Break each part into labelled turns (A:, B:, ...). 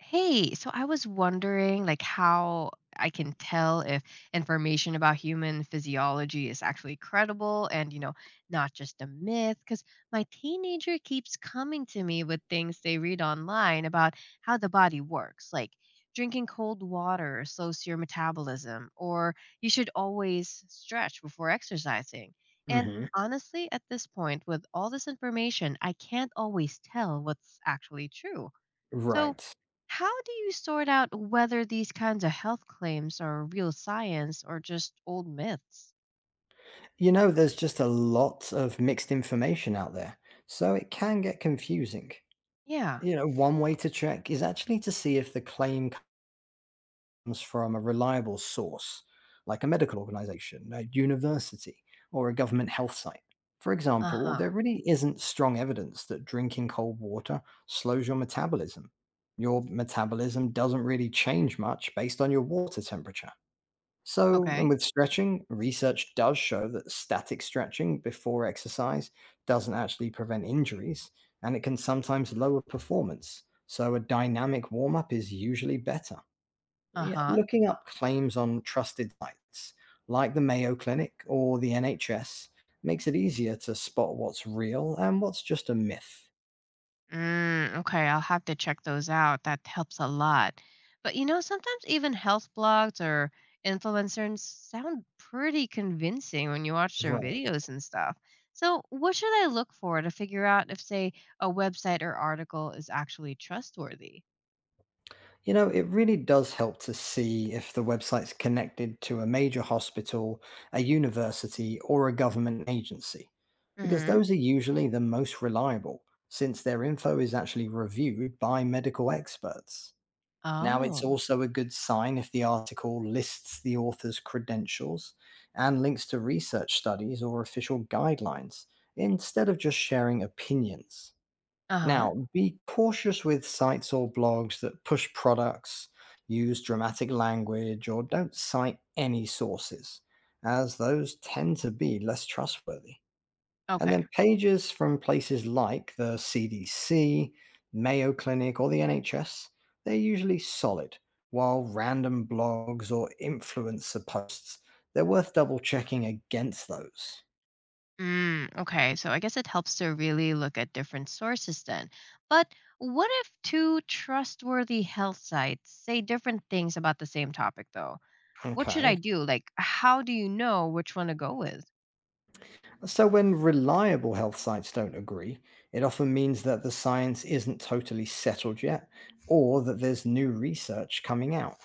A: Hey, so I was wondering like how I can tell if information about human physiology is actually credible and not just a myth because my teenager keeps coming to me with things they read online about how the body works, like drinking cold water slows your metabolism or you should always stretch before exercising. And
B: Hmm.
A: honestly, at this point with all this information, I can't always tell what's actually true. So,
B: Right.
A: how do you sort out whether these kinds of health claims are real science or just old myths?
B: You know, there's just a lot of mixed information out there, so it can get confusing.
A: Yeah.
B: You know, one way to check is actually to see if the claim comes from a reliable source, like a medical organization, a university, or a government health site. For
A: Uh
B: example,
A: huh.
B: there really isn't strong evidence that drinking cold water slows your metabolism. Your metabolism doesn't really change much based on your water temperature. So, and
A: Okay.
B: with stretching, research does show that static stretching before exercise doesn't actually prevent injuries and it can sometimes lower performance. So, a dynamic warm up is usually better.
A: Uh
B: Yeah,
A: huh.
B: looking up claims on trusted sites like the Mayo Clinic or the NHS makes it easier to spot what's real and what's just a myth.
A: Mm, okay. I'll have to check those out. That helps a lot. But sometimes even health blogs or influencers sound pretty convincing when you watch their
B: Right.
A: videos and stuff. So, what should I look for to figure out if, say, a website or article is actually trustworthy?
B: You know, it really does help to see if the website's connected to a major hospital, a university, or a government agency, because
A: Mm-hmm.
B: those are usually the most reliable, since their info is actually reviewed by medical experts. Now, it's
A: Oh.
B: also a good sign if the article lists the author's credentials and links to research studies or official guidelines, instead of just sharing opinions.
A: Uh huh.
B: Now, be cautious with sites or blogs that push products, use dramatic language, or don't cite any sources, as those tend to be less trustworthy. And
A: Okay.
B: then pages from places like the CDC, Mayo Clinic, or the NHS, they're usually solid, while random blogs or influencer posts, they're worth double checking against those.
A: Mm, okay, so I guess it helps to really look at different sources then. But what if two trustworthy health sites say different things about the same topic, though? What should I
B: Okay,
A: do? Like, how do you know which one to go with?
B: so, when reliable health sites don't agree, it often means that the science isn't totally settled yet or that there's new research coming out.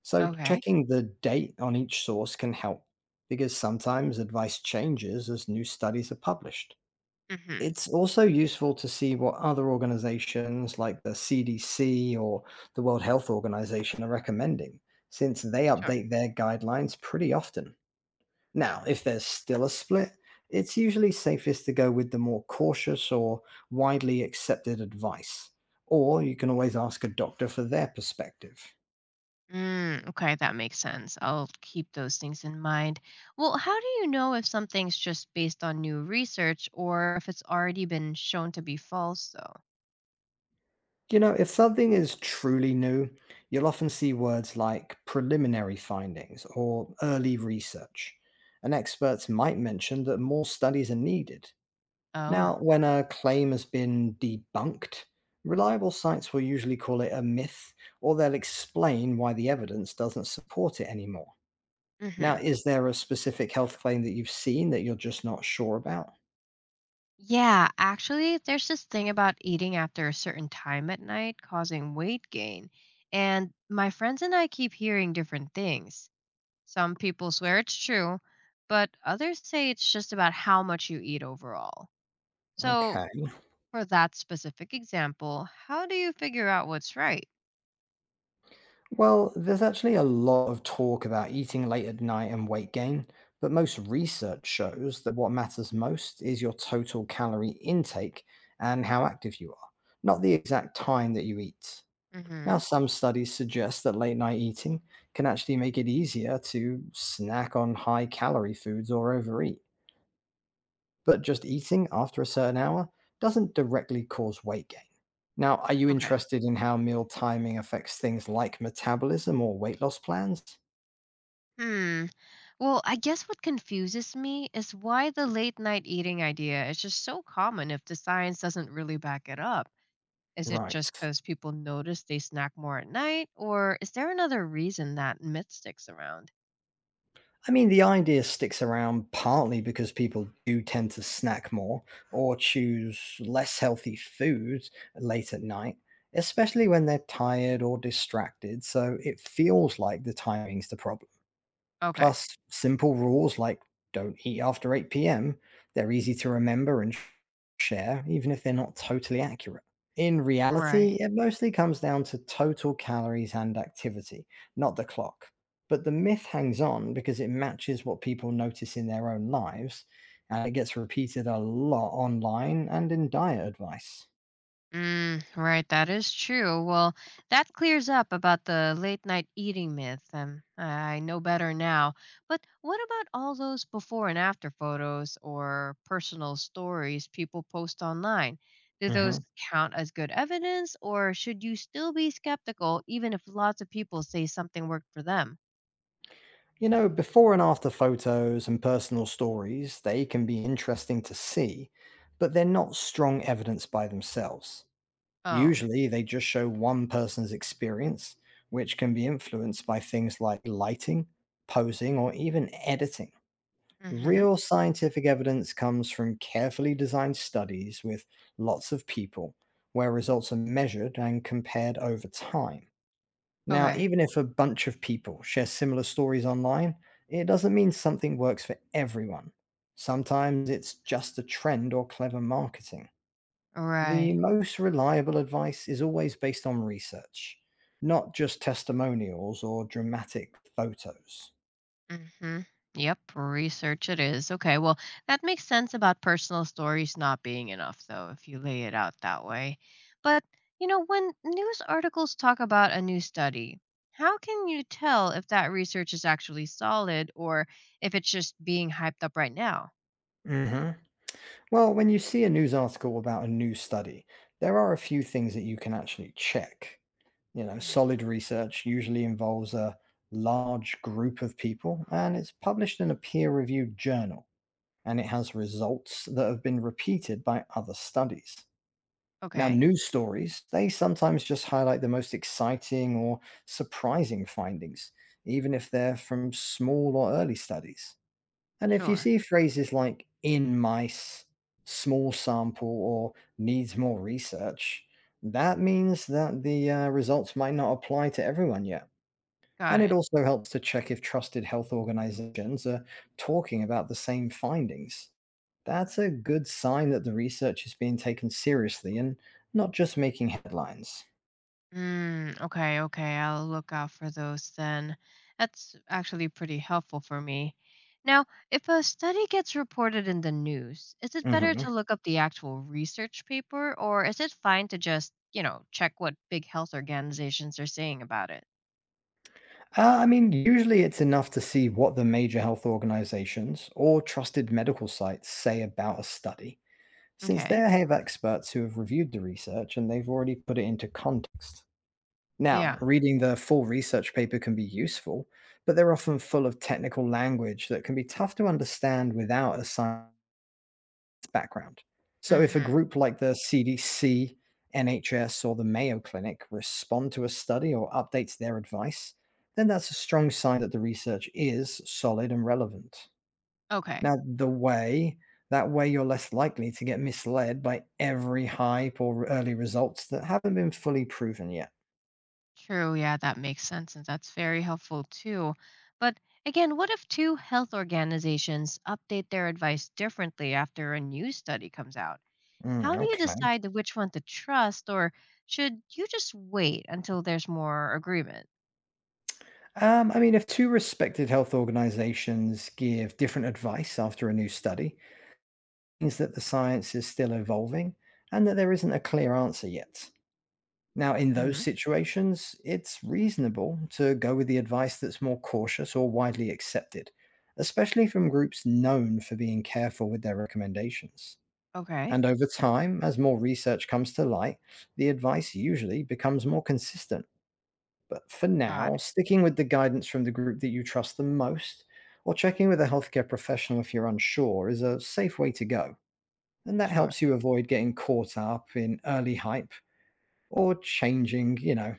B: So,
A: Okay.
B: checking the date on each source can help because sometimes advice changes as new studies are published.
A: Mm-hmm.
B: It's also useful to see what other organizations like the CDC or the World Health Organization are recommending, since they
A: Sure.
B: update their guidelines pretty often. Now, if there's still a split, it's usually safest to go with the more cautious or widely accepted advice. Or you can always ask a doctor for their perspective.
A: Mm, okay, that makes sense. I'll keep those things in mind. Well, how do you know if something's just based on new research or if it's already been shown to be false, though?
B: You know, if something is truly new, you'll often see words like preliminary findings or early research. And experts might mention that more studies are needed.
A: Oh.
B: Now, when a claim has been debunked, reliable sites will usually call it a myth or they'll explain why the evidence doesn't support it anymore. Now,
A: Mm-hmm.
B: is there a specific health claim that you've seen that you're just not sure about?
A: Yeah, actually, there's this thing about eating after a certain time at night causing weight gain. And my friends and I keep hearing different things. Some people swear it's true, but others say it's just about how much you eat overall. So,
B: Okay.
A: for that specific example, how do you figure out what's right?
B: Well, there's actually a lot of talk about eating late at night and weight gain, but most research shows that what matters most is your total calorie intake and how active you are, not the exact time that you eat. Now,
A: Hmm.
B: some studies suggest that late night eating can actually make it easier to snack on high calorie foods or overeat, but just eating after a certain hour doesn't directly cause weight gain. Now, are you
A: Okay.
B: interested in how meal timing affects things like metabolism or weight loss plans?
A: Hmm. Well, I guess what confuses me is why the late night eating idea is just so common if the science doesn't really back it up. Is it
B: Right.
A: just because people notice they snack more at night, or is there another reason that myth sticks around?
B: I mean, the idea sticks around partly because people do tend to snack more or choose less healthy foods late at night, especially when they're tired or distracted. So it feels like the timing's the problem.
A: Okay.
B: Plus, simple rules like don't eat after 8 p.m., they're easy to remember and share, even if they're not totally accurate. In reality,
A: Right.
B: it mostly comes down to total calories and activity, not the clock. But the myth hangs on because it matches what people notice in their own lives, and it gets repeated a lot online and in diet advice.
A: Mm, right, that is true. Well, that clears up about the late night eating myth, and I know better now. But what about all those before and after photos or personal stories people post online? Do those
B: Mhm.
A: count as good evidence, or should you still be skeptical even if lots of people say something worked for them?
B: You know, before and after photos and personal stories, they can be interesting to see, but they're not strong evidence by themselves.
A: Oh.
B: Usually, they just show one person's experience, which can be influenced by things like lighting, posing, or even editing.
A: Hmm.
B: Real scientific evidence comes from carefully designed studies with lots of people, where results are measured and compared over time. Now,
A: Okay.
B: even if a bunch of people share similar stories online, it doesn't mean something works for everyone. Sometimes it's just a trend or clever marketing. The
A: Right.
B: most reliable advice is always based on research, not just testimonials or dramatic photos.
A: Mm-hmm. Yep. Research it is. Okay. Well, that makes sense about personal stories not being enough, though, if you lay it out that way. But, you know, when news articles talk about a new study, how can you tell if that research is actually solid or if it's just being hyped up right now?
B: Hmm. Well, when you see a news article about a new study, there are a few things that you can actually check. You know,
A: Mm.
B: solid research usually involves a large group of people and it's published in a peer reviewed journal and it has results that have been repeated by other studies. Now,
A: Okay.
B: news stories, they sometimes just highlight the most exciting or surprising findings, even if they're from small or early studies. And if you
A: Sure.
B: see phrases like in mice, small sample, or needs more research, that means that the results might not apply to everyone yet.
A: Got
B: And it
A: it.
B: also helps to check if trusted health organizations are talking about the same findings. That's a good sign that the research is being taken seriously and not just making headlines.
A: Mm, okay, okay. I'll look out for those then. That's actually pretty helpful for me. Now, if a study gets reported in the news, is it better
B: Hmm.
A: to look up the actual research paper or is it fine to just check what big health organizations are saying about it?
B: I mean, usually it's enough to see what the major health organizations or trusted medical sites say about a study, since they
A: Okay.
B: have experts who have reviewed the research and they've already put it into context. Now,
A: Yeah.
B: reading the full research paper can be useful, but they're often full of technical language that can be tough to understand without a science background. So, if a
A: Mhm.
B: group like the CDC, NHS, or the Mayo Clinic respond to a study or updates their advice, then that's a strong sign that the research is solid and relevant.
A: Okay.
B: Now, the way that way you're less likely to get misled by every hype or early results that haven't been fully proven yet.
A: True. Yeah, that makes sense and that's very helpful too. But again, what if two health organizations update their advice differently after a new study comes out?
B: Mm,
A: How do you
B: okay.
A: decide which one to trust, or should you just wait until there's more agreement?
B: I mean, if two respected health organizations give different advice after a new study, it means that the science is still evolving and that there isn't a clear answer yet. Now, in those
A: Hmm.
B: situations, it's reasonable to go with the advice that's more cautious or widely accepted, especially from groups known for being careful with their recommendations.
A: Okay.
B: And over time, as more research comes to light, the advice usually becomes more consistent but for
A: Got
B: now,
A: it.
B: sticking with the guidance from the group that you trust the most, or checking with a healthcare professional if you're unsure, is a safe way to go. And that
A: Sure.
B: helps you avoid getting caught up in early hype or changing,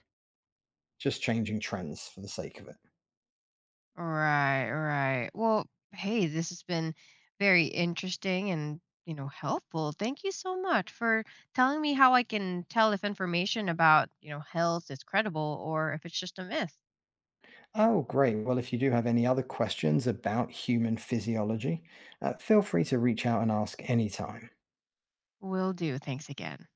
B: just changing trends for the sake of it.
A: All right. All right. Well, hey, this has been very interesting and helpful. Thank you so much for telling me how I can tell if information about health is credible or if it's just a myth.
B: Oh, great. Well, if you do have any other questions about human physiology, feel free to reach out and ask anytime.
A: Will do. Thanks again.